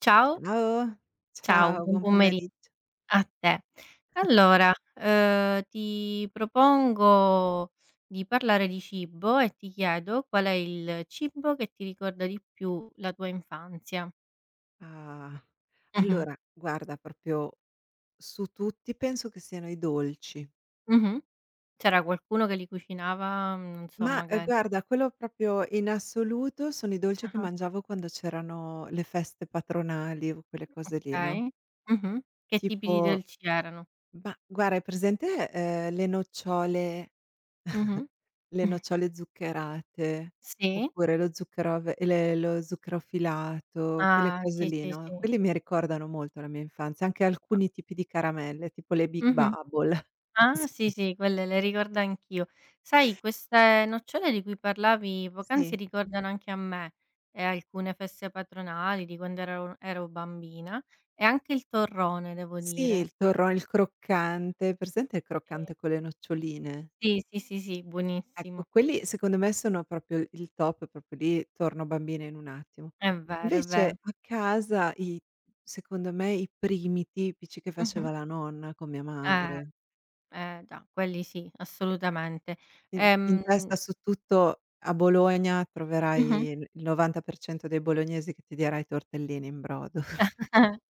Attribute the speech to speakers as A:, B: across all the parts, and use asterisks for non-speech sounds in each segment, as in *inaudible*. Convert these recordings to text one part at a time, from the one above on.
A: Ciao,
B: Ciao,
A: ciao,
B: ciao,
A: buon
B: buon
A: pomeri
B: pomeriggio.
A: a te. Allora, ti propongo di parlare di cibo e ti chiedo qual è il cibo che ti ricorda di più la tua infanzia.
B: Ah,
A: Mh-mh,
B: allora guarda proprio su tutti penso che siano i dolci.
A: mh-mh. C'era qualcuno che li cucinava, non so
B: Ma,
A: magari
B: guarda, quello proprio in assoluto sono i dolci che
A: ah-ah,
B: mangiavo quando c'erano le feste patronali o quelle cose lì, no,
A: okay. Mh-mh. Che tipi di
B: tipo,
A: dolci erano?
B: ma guarda, hai presente, ehm, le nocciole
A: Mh-mh.
B: Le
A: *laughs*
B: nocciole zuccherate,
A: Sì?
B: oppure lo zucchero a ve e le lo zucchero filato, quelle
A: Ah,
B: cose
A: sì,
B: lì,
A: sì,
B: no?
A: sì.
B: Quelli mi ricordano molto la mia infanzia, anche
A: Ah,
B: alcuni tipi di caramelle, tipo le Big
A: mh-mh.
B: Bubble. *laughs*
A: Ah, sì,
B: Presente?
A: sì, quelle le ricordo anch'io. Sai queste nocciole di cui parlavi poc'anzi
B: Sì.
A: ricordano anche a me, alcune feste patronali di quando ero bambina e anche il torrone devo
B: Sì,
A: dire.
B: il torrone, il croccante, presente il
A: Sì.
B: croccante con le noccioline?
A: Sì, sì, sì, sì, buonissimo.
B: Ecco, quelli secondo me sono proprio il top, proprio lì torno bambina in un attimo.
A: È vero, è vero.
B: Invece a casa, i secondo me, i primi tipici che
A: Mh-mh.
B: faceva la nonna con mia
A: Eh,
B: madre.
A: eh già, quelli sì, assolutamente.
B: In
A: Ehm
B: testa su tutto a Bologna
A: mh-mh.
B: troverai il 90% dei bolognesi che ti dirà i tortellini in brodo.
A: *laughs*
B: *laughs*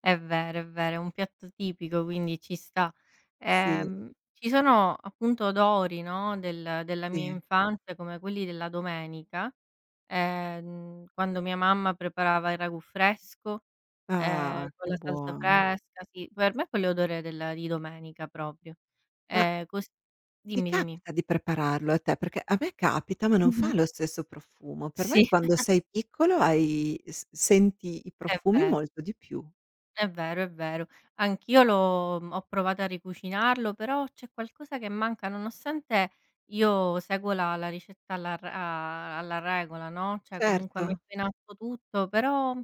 A: È vero, è vero, è un piatto tipico, quindi ci sta.
B: Sì,
A: Ci sono appunto odori, no, della mia
B: sì.
A: infanzia, come quelli della domenica, quando mia mamma preparava il ragù fresco,
B: Ah,
A: con
B: che
A: la salsa
B: buono.
A: fresca, sì, per me quell'odore del di domenica proprio.
B: Ma
A: Cos
B: ti
A: Dimmi, dimmi.
B: capita di prepararlo a te? Perché a me capita, ma non fa
A: Mh-mh.
B: lo stesso profumo. Per me
A: Sì,
B: quando
A: *laughs*
B: sei piccolo hai s senti i
A: è
B: profumi
A: vero.
B: molto di più.
A: È vero, è vero. Anch'io ho provato a ricucinarlo, però c'è qualcosa che manca, nonostante io seguo la ricetta alla r a alla regola, no, cioè comunque
B: Certo.
A: metto in atto tutto, però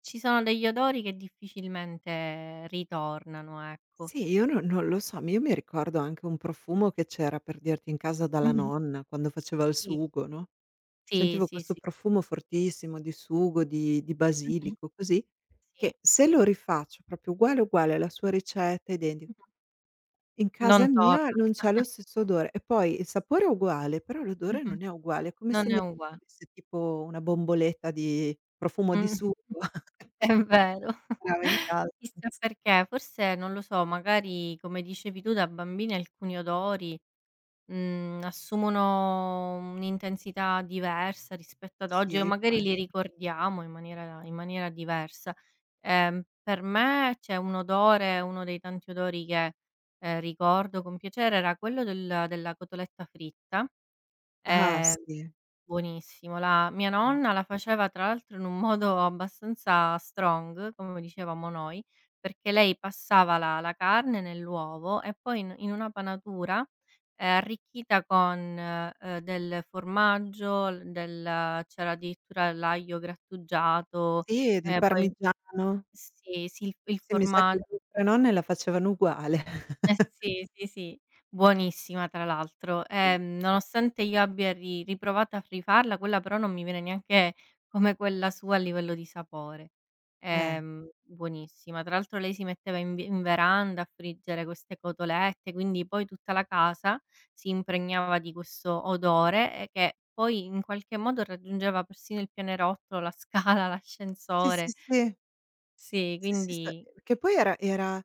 A: ci sono degli odori che difficilmente ritornano, ecco.
B: Sì, io no, non lo so, io mi ricordo anche un profumo che c'era, per dirti, in casa dalla
A: Mh-mh.
B: nonna quando faceva il
A: Sì,
B: sugo, no,
A: sì,
B: sentivo
A: sì,
B: questo
A: sì.
B: profumo fortissimo di sugo, di
A: Mh-mh.
B: basilico, così,
A: Sì.
B: che se lo rifaccio proprio uguale, uguale alla sua ricetta, identi
A: Mh-mh.
B: in
A: Non
B: casa mia
A: torna.
B: non c'è lo stesso odore e poi il sapore è uguale, però l'odore
A: Mh-mh.
B: non è uguale, è come se
A: Non è
B: mi
A: ugua
B: avesse tipo una bomboletta di profumo di
A: mh.
B: sugo *laughs* che
A: È vero.
B: stava in
A: *laughs*
B: casa.
A: Chissà perché, forse non lo so, magari come dicevi tu da bambini alcuni odori, assumono un'intensità diversa rispetto ad oggi o
B: Sì, può
A: magari li
B: essere.
A: ricordiamo in maniera diversa. Per me c'è un odore, uno dei tanti odori che, ricordo con piacere era quello della cotoletta fritta,
B: Ah,
A: ehm
B: sì.
A: Buonissimo. La mia
B: Mh.
A: nonna la faceva tra l'altro in un modo abbastanza strong, come dicevamo noi, perché lei passava la carne nell'uovo e poi in una panatura, arricchita con, del formaggio, l del c'era addirittura l'aglio grattugiato,
B: Sì, del
A: poi
B: parmigiano.
A: sì, sì, il
B: Sì, mi sa che
A: formaggio
B: le nostre nonne la facevano uguale.
A: eh sì, sì, sì, buonissima tra l'altro.
B: Sì. *laughs*
A: Nonostante io abbia ri riprovato a rifarla, quella però non mi viene neanche come quella sua a livello di sapore.
B: Eh.
A: Buonissima. Tra l'altro lei si metteva in veranda a friggere queste cotolette, quindi poi tutta la casa si impregnava di questo odore, che poi in qualche modo raggiungeva persino il pianerottolo, la scala, *laughs*
B: Sì, sì,
A: l'ascensore.
B: sì.
A: Sì,
B: Sì, sì, sa
A: quindi
B: che poi era,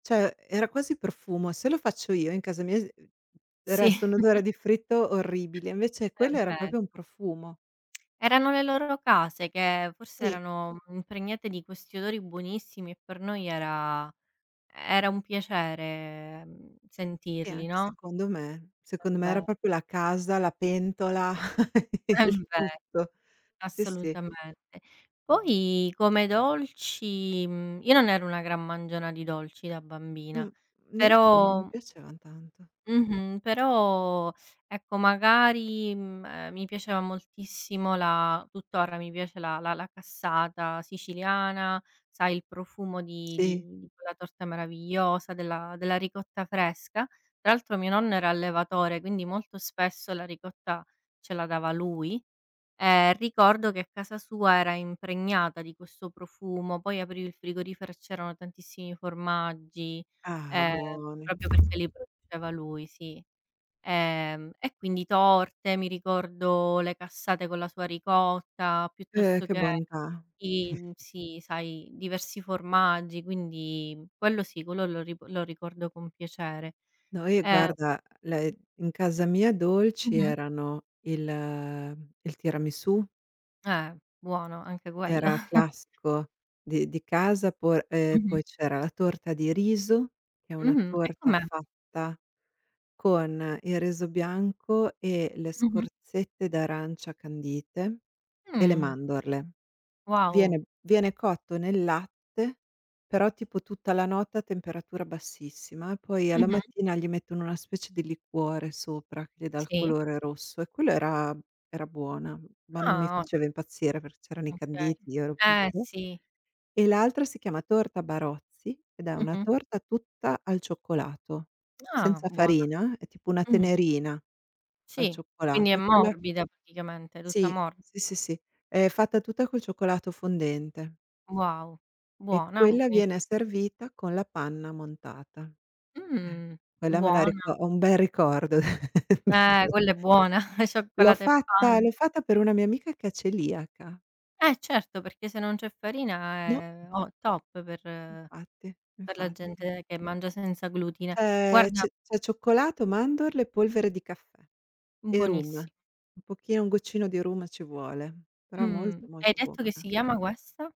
B: cioè, era quasi profumo. Se lo faccio io in casa mia, s
A: sì,
B: resta un odore
A: *laughs*
B: di fritto orribile, invece
A: è
B: quello era
A: ve
B: proprio un profumo.
A: erano le loro case che forse
B: Sì,
A: erano impregnate di questi odori buonissimi e per noi era un piacere,
B: sì,
A: sentirli,
B: anche
A: no,
B: secondo me.
A: è
B: Secondo me
A: ve
B: era proprio la casa, la pentola, *laughs*
A: *laughs* è
B: il
A: vero,
B: tutto. Sì, sì.
A: assolutamente. Poi come dolci, io non ero una gran mangiona di dolci da bambina.
B: Mh,
A: Mh.
B: neanch'io, non mi
A: Però
B: piacevan tanto.
A: mh-mh. Però ecco, magari, mi piaceva moltissimo la tuttora mi piace la cassata siciliana, sai il profumo di
B: Sì.
A: di di quella torta meravigliosa, della ricotta fresca. Tra l'altro mio nonno era allevatore, quindi molto spesso la ricotta ce la dava lui. Ricordo che a casa sua era impregnata di questo profumo, poi aprivi il frigorifero e c'erano tantissimi formaggi,
B: Ah,
A: ehm,
B: buoni.
A: proprio perché li produceva lui, sì. E quindi torte, mi ricordo le cassate con la sua ricotta, piuttosto
B: Che
A: che
B: bontà.
A: sì, sai, diversi formaggi, quindi quello sì, quello lo ricordo con piacere.
B: Noi,
A: Ehm
B: guarda, le in casa mia, dolci
A: mh-mh.
B: erano il tiramisù,
A: Buono anche quello.
B: era
A: *laughs*
B: classico di casa, por
A: Mh-mh.
B: poi c'era la torta di riso, che è una
A: Mh-mh. E
B: torta
A: com'è?
B: fatta con il riso bianco e le
A: Mh-mh.
B: scorzette d'arancia candite e le
A: Mh,
B: mandorle.
A: wow.
B: Viene cotto nel latte, però tipo tutta la notte a temperatura bassissima e poi alla
A: Mh-mh.
B: mattina gli mettono una specie di liquore sopra che gli dà il
A: Sì.
B: colore rosso, e quello era buona, ma non mi
A: Ah,
B: faceva impazzire perché c'erano i
A: ottimo, okay.
B: canditi, io ero piccola.
A: Sì.
B: E l'altra si chiama torta Barozzi ed è una
A: Mh-mh.
B: torta tutta al cioccolato,
A: Ah,
B: senza
A: buona.
B: farina, è tipo una
A: Mh,
B: tenerina al
A: sì. Quindi
B: cioccolato,
A: è
B: e quella
A: morbida praticamente, tutta
B: sì,
A: morbi
B: sì, sì, sì, è fatta tutta col cioccolato fondente.
A: wow.
B: E
A: Buona,
B: quella
A: buoni
B: viene servita con la panna montata. Eh,
A: mh,
B: quella me la
A: buona.
B: rico ho un bel ricordo *laughs* di que
A: Quella è buona, *laughs*
B: l'ho
A: cioccolata e
B: fatta
A: panna.
B: l'ho fatta per una mia amica che è celiaca.
A: Certo, perché se non c'è farina
B: No,
A: è o top per
B: infatti,
A: per la
B: infatti.
A: gente che mangia senza glutine.
B: C'è
A: Guarda,
B: c'è c'è cioccolato, mandorle, polvere di caffè e rum.
A: buonissi
B: Un pochino, un goccino di rum ci vuole, però molto,
A: mh. E hai
B: molto
A: detto che
B: buona.
A: si chiama questa?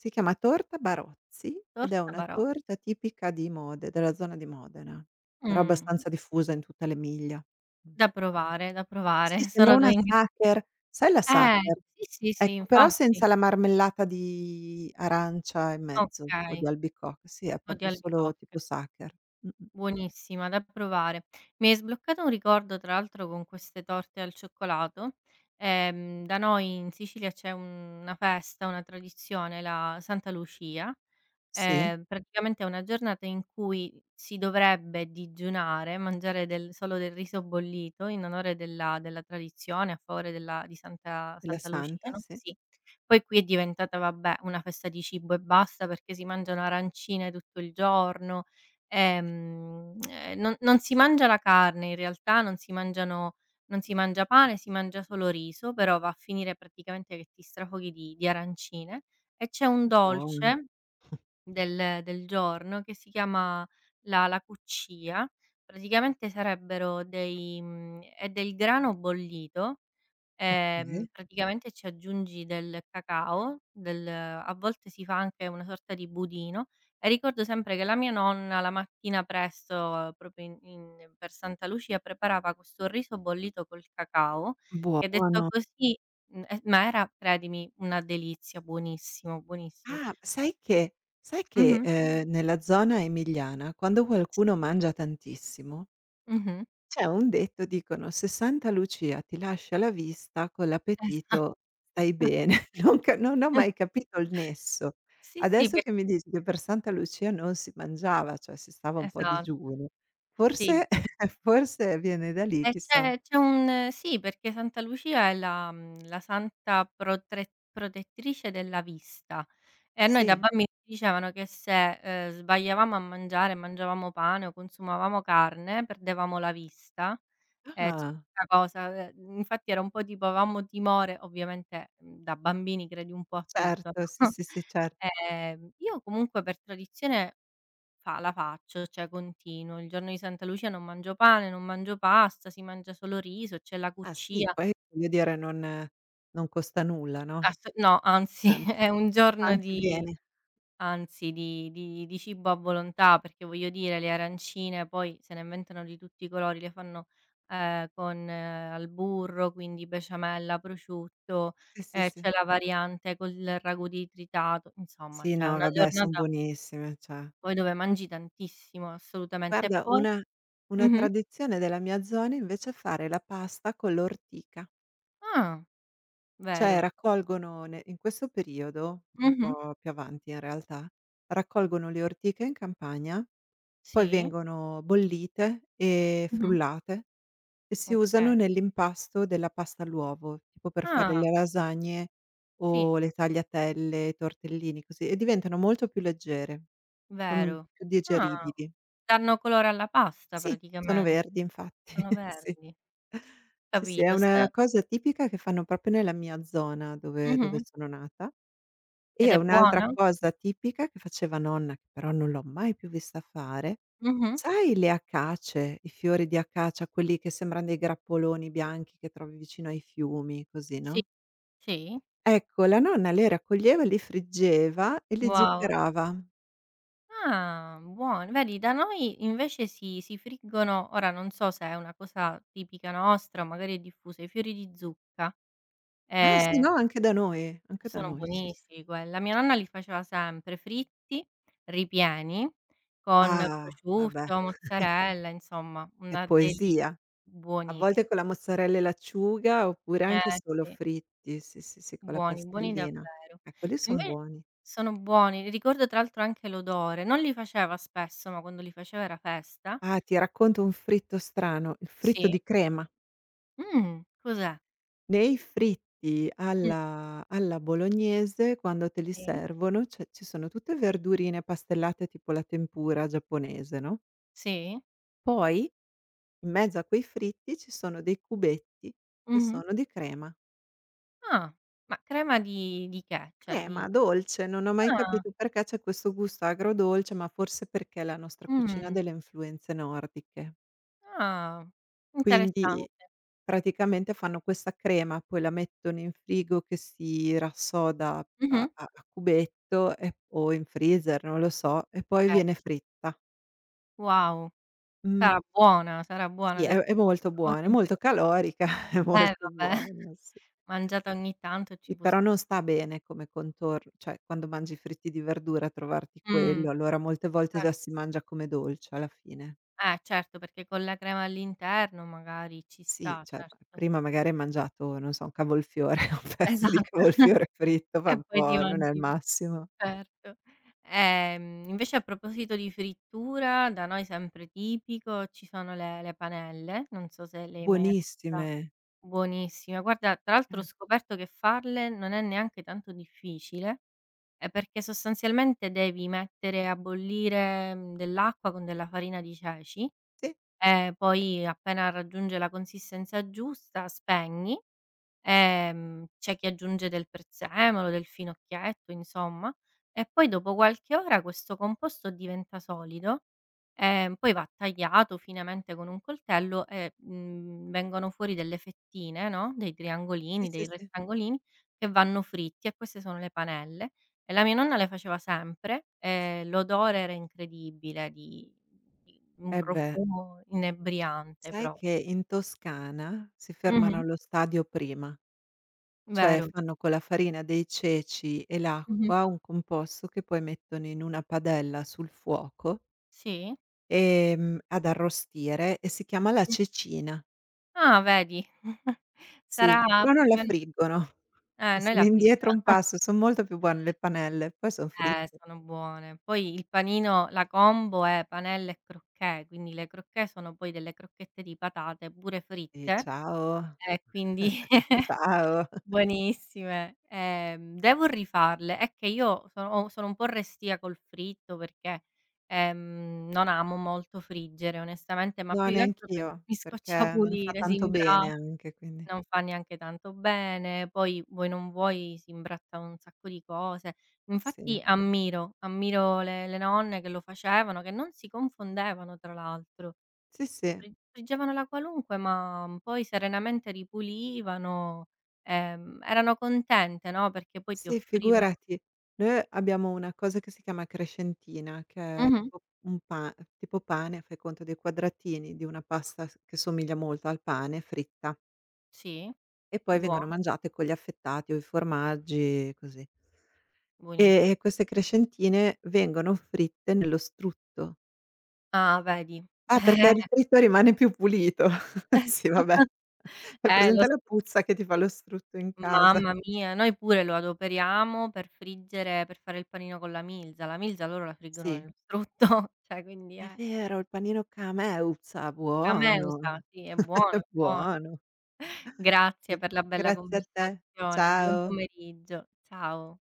B: Si chiama torta Barozzi ed è
A: Torta
B: una
A: Barò
B: torta tipica di Mode della zona di Modena, però
A: Mh,
B: abbastanza diffusa in tutta l'Emilia. Mh.
A: da provare, da
B: Sì,
A: provare. *laughs*
B: sembra
A: Sono
B: una
A: 2 ingre
B: Sacher. Sai la
A: eh,
B: Sacher?
A: sì, sì, sì,
B: Ecco, però
A: infatti.
B: senza la marmellata di arancia in mezzo o di
A: Okay,
B: albicocca, sì, è
A: o di
B: proprio solo
A: albicocche.
B: tipo Sacher. Mh-mh.
A: Buonissima, da provare. Mi hai sbloccato un ricordo tra l'altro con queste torte al cioccolato. Da noi in Sicilia c'è una festa, una tradizione, la Santa Lucia.
B: Sì,
A: Praticamente è una giornata in cui si dovrebbe digiunare, mangiare del solo del riso bollito in onore della tradizione, a favore della di Santa
B: della
A: Santa Lucia,
B: Santa,
A: no,
B: sì.
A: sì. Poi qui è diventata, vabbè, una festa di cibo e basta, perché si mangiano arancine tutto il giorno, e non si mangia la carne in realtà, non si mangia pane, si mangia solo riso, però va a finire praticamente che ti strafoghi di arancine e c'è un
B: Buono,
A: dolce del giorno che si chiama la cuccia. Praticamente sarebbero è del grano bollito,
B: okay.
A: praticamente ci aggiungi del cacao, del a volte si fa anche una sorta di budino e ricordo sempre che la mia nonna la mattina presto, proprio in in per Santa Lucia, preparava questo riso bollito col cacao, che detto
B: Buono.
A: così ma era credimi una delizia, buonissimo, buonissimo.
B: Ah, sai che,
A: Mh-mh,
B: nella zona emiliana, quando
A: sì.
B: qualcuno mangia tantissimo,
A: Mh-mh.
B: c'è un detto, dicono: "60 Lucia ti lascia la vista, con
A: Esa *laughs*
B: l'appetito stai bene." *laughs* Non ho mai capito il nesso.
A: sì, sì,
B: Adesso
A: per
B: che mi dici che per Santa Lucia non si mangiava, cioè si stava un po' a
A: esatto,
B: digiuno,
A: sì.
B: forse *laughs* forse viene da lì,
A: E
B: chissà.
A: c'è un sì, perché Santa Lucia è la santa protre protettrice della vista e a noi da
B: Sì.
A: bambini ci dicevano che se, sbagliavamo a mangiare, mangiavamo pane o consumavamo carne, perdevamo la vista, c'è
B: Ah,
A: questa cosa, infatti era un po' tipo avevamo timore ovviamente, da bambini credi un po' a tutto, no,
B: certo, sì,
A: *laughs*
B: sì, sì, cer
A: io comunque per tradizione Fa la faccio, cioè continuo. Il giorno di Santa Lucia non mangio pane, non mangio pasta, si mangia solo riso, c'è la
B: ah sì,
A: cuccia.
B: poi voglio dire non costa nulla, no,
A: Ass no, anzi, *laughs*
B: anzi,
A: è un
B: fa
A: giorno
B: anche
A: di
B: bene.
A: anzi, di cibo a volontà, perché voglio dire le arancine poi se ne inventano di tutti i colori, le fanno, con al burro, quindi besciamella, prosciutto,
B: Sì, sì, sì.
A: c'è la variante col ragù di tritato, insomma,
B: Sì,
A: cioè
B: no,
A: una
B: vabbè, son
A: giornata
B: buonissime, cioè,
A: poi dove mangi tantissimo, assolutamente. E
B: guarda,
A: poi
B: una
A: mh-mh.
B: tradizione della mia zona invece è fare la pasta con l'ortica.
A: Ah.
B: Cioè
A: Vero.
B: raccolgono ne in questo periodo, un
A: Mh-mh.
B: po' più avanti in realtà, raccolgono le ortiche in campagna, poi
A: Sì?
B: vengono bollite e
A: Mh-mh.
B: frullate e si
A: Okay.
B: usano nell'impasto della pasta all'uovo, tipo per fare
A: Ah,
B: le lasagne
A: sì,
B: o le tagliatelle, i tortellini, così, e diventano molto più leggere, son
A: vero.
B: più
A: Ah,
B: digeribili.
A: danno colore alla pasta
B: Sì, sono
A: praticamen
B: verdi, infatti,
A: sono
B: *laughs* sì.
A: verdi.
B: Sì, sì, è
A: Capito,
B: una
A: ste
B: cosa tipica che fanno proprio nella mia zona dove
A: mh-mh.
B: sono nata, e
A: Ed
B: è
A: è
B: un'altra
A: buona?
B: cosa tipica che faceva nonna, che però non l'ho mai più vista fare.
A: Mh-mh.
B: Sai, le acacie, i fiori di acacia, quelli che sembran dei grappoloni bianchi che trovi vicino ai fiumi, così,
A: Sì,
B: no?
A: sì.
B: Ecco, la nonna le raccoglieva, li friggeva e li
A: Wow.
B: zuccherava.
A: Ah, buon vedi da noi invece si friggono ora non so se è una cosa tipica nostra, magari è diffusa, i fiori di zucca.
B: Ah sì,
A: Ehm
B: no, anche da
A: Sono
B: noi, sì, sì.
A: buonissimi quella. Mia nonna li faceva sempre fritti, ripieni, con
B: Ah, vabbè,
A: prosciutto,
B: *laughs*
A: mozzarella, insomma
B: è
A: una deli
B: poesia. A
A: buonissi
B: volte con la mozzarella e l'acciuga, oppure anche
A: eh
B: solo
A: sì,
B: fritti, sì, sì, sì, con la
A: buoni, buoni
B: pastellina.
A: davvero.
B: Quelli son
A: Inve
B: buoni.
A: sono buoni, ricordo tra l'altro anche l'odore, non li faceva spesso, ma quando li faceva era festa.
B: Ah, ti racconto un fritto strano, il fritto
A: Sì.
B: di crema.
A: Cos'è?
B: Nei fritti
A: Mh,
B: alla bolognese, quando te li
A: sì,
B: servono, c'è ci sono tutte verdurine pastellate tipo la tempura giapponese, no?
A: sì,
B: Poi in mezzo a quei fritti ci sono dei cubetti che
A: mh-mh.
B: sono di crema.
A: Ah, ma crema di che? Cioè di
B: Ma dolce, non ho mai
A: ah,
B: capito perché c'è questo gusto agrodolce, ma forse perché la nostra cucina ha
A: mh.
B: delle influenze nordiche.
A: Ah,
B: Quindi
A: interessante.
B: praticamente fanno questa crema, poi la mettono in frigo che si rassoda a a
A: Mh-mh.
B: a cubetto o in freezer, non lo so, e poi
A: Eh.
B: viene fritta.
A: Wow,
B: Mh,
A: sarà buona, ha
B: sì, è
A: detto
B: è molto buona,
A: molto
B: è molto
A: interes
B: calorica, *laughs* è molto
A: vabbè, *laughs*
B: buona, sì.
A: mangiata ogni tanto ci
B: E
A: può
B: però
A: stare.
B: non sta bene come contor cioè, quando mangi fritti di verdura, trovarti
A: Mh,
B: quello, allora molte volte
A: cer
B: già si mangia come dolce alla fine.
A: certo, perché con la crema all'interno magari ci
B: Sì,
A: sta,
B: cioè, p
A: certo.
B: prima magari hai mangiato, non so, un cavolfiore, *laughs* un
A: *laughs*
B: pezzo di
A: Esatto. *laughs*
B: cavolfiore fritto, fa
A: E
B: un
A: poi ti
B: po', non è il
A: mangi.
B: massimo.
A: Certo. Invece a proposito di frittura, da noi sempre tipico ci sono le panelle, non so se le hai mai assaggia
B: Buonissime.
A: buonissime. Guarda, tra l'altro ho
B: Eh,
A: scoperto che farle non è neanche tanto difficile, perché sostanzialmente devi mettere a bollire, dell'acqua con della farina di ceci
B: sì,
A: e poi appena raggiunge la consistenza giusta spegni. C'è chi aggiunge del prezzemolo, del finocchietto, insomma, e poi dopo qualche ora questo composto diventa solido, poi va tagliato finemente con un coltello e, vengono fuori delle fettine, no, dei
B: sì,
A: triangolini,
B: sì,
A: dei
B: sì.
A: rettangolini che vanno fritti e queste sono le panelle. E la mia nonna le faceva sempre e l'odore era incredibile di un
B: Eh beh,
A: profumo inebriante
B: sai
A: pro
B: che in Toscana si fermano
A: mh-mh,
B: allo stadio prima. Cioè
A: vero.
B: fanno con la farina dei ceci e
A: Mh-mh.
B: l'acqua un composto che poi mettono in una padella sul fuoco,
A: Sì.
B: ad arrostire, e si chiama la cecina.
A: Ah, vedi. *laughs*
B: Sì,
A: Sarà
B: però non
A: più o
B: la
A: meno
B: friggono.
A: noi
B: Sono
A: la
B: indietro un
A: frittata
B: passo, son molto più buone le panelle, poi son fritte.
A: sono buone. Poi il panino la combo è panelle e crocchè, quindi le crocchè sono poi delle crocchette di patate pure
B: Sì,
A: fritte
B: ciao,
A: e quindi *laughs*
B: ciao.
A: buonissime. Devo rifarle. È che io sono un po' restia col fritto perché, non amo molto friggere onestamente, ma
B: No,
A: più che altro per
B: neanch'io,
A: mi scoccia
B: perché non fa
A: pulire,
B: tanto
A: sì. bra
B: bene anche, quindi
A: Non fa neanche tanto bene, poi vuoi non vuoi si imbratta un sacco di cose.
B: sì.
A: Infatti ammiro le nonne che lo facevano, che non si confondevano tra l'altro.
B: Sì, sì.
A: Friggevano la qualunque, ma poi serenamente ripulivano, erano contente, no, perché poi ti
B: Sì,
A: offrivano
B: figurati. Noi abbiamo una cosa che si chiama crescentina, che è
A: mh-mh,
B: tipo un pa tipo pane, fai conto dei quadratini di una pasta s che somiglia molto al pane, fritta,
A: sì,
B: e poi vengono
A: buona,
B: mangiate con gli affettati o i formaggi, così. E
A: buonissi
B: e queste crescentine vengono fritte nello strutto.
A: ah vedi,
B: Ah, perché
A: *laughs*
B: il
A: eh,
B: fritto rimane più pulito.
A: *laughs*
B: *laughs* Sì, vabbè.
A: esatto.
B: Hai
A: Lo
B: presente
A: s
B: la puzza che ti fa lo strutto in casa?
A: Mamma mia, noi pure lo adoperiamo per friggere per fare il panino con la milza. La milza loro la friggono
B: Sì,
A: nello strutto, *laughs* cioè quindi
B: è
A: è
B: vero, il panino Camè, uzza,
A: cameusa,
B: buono.
A: sì, è
B: È
A: buono, è buono.
B: buono.
A: Grazie
B: Sì.
A: per la bella
B: Grazie a te.
A: conversazione, un buon
B: Ciao.
A: pomeriggio. Ciao.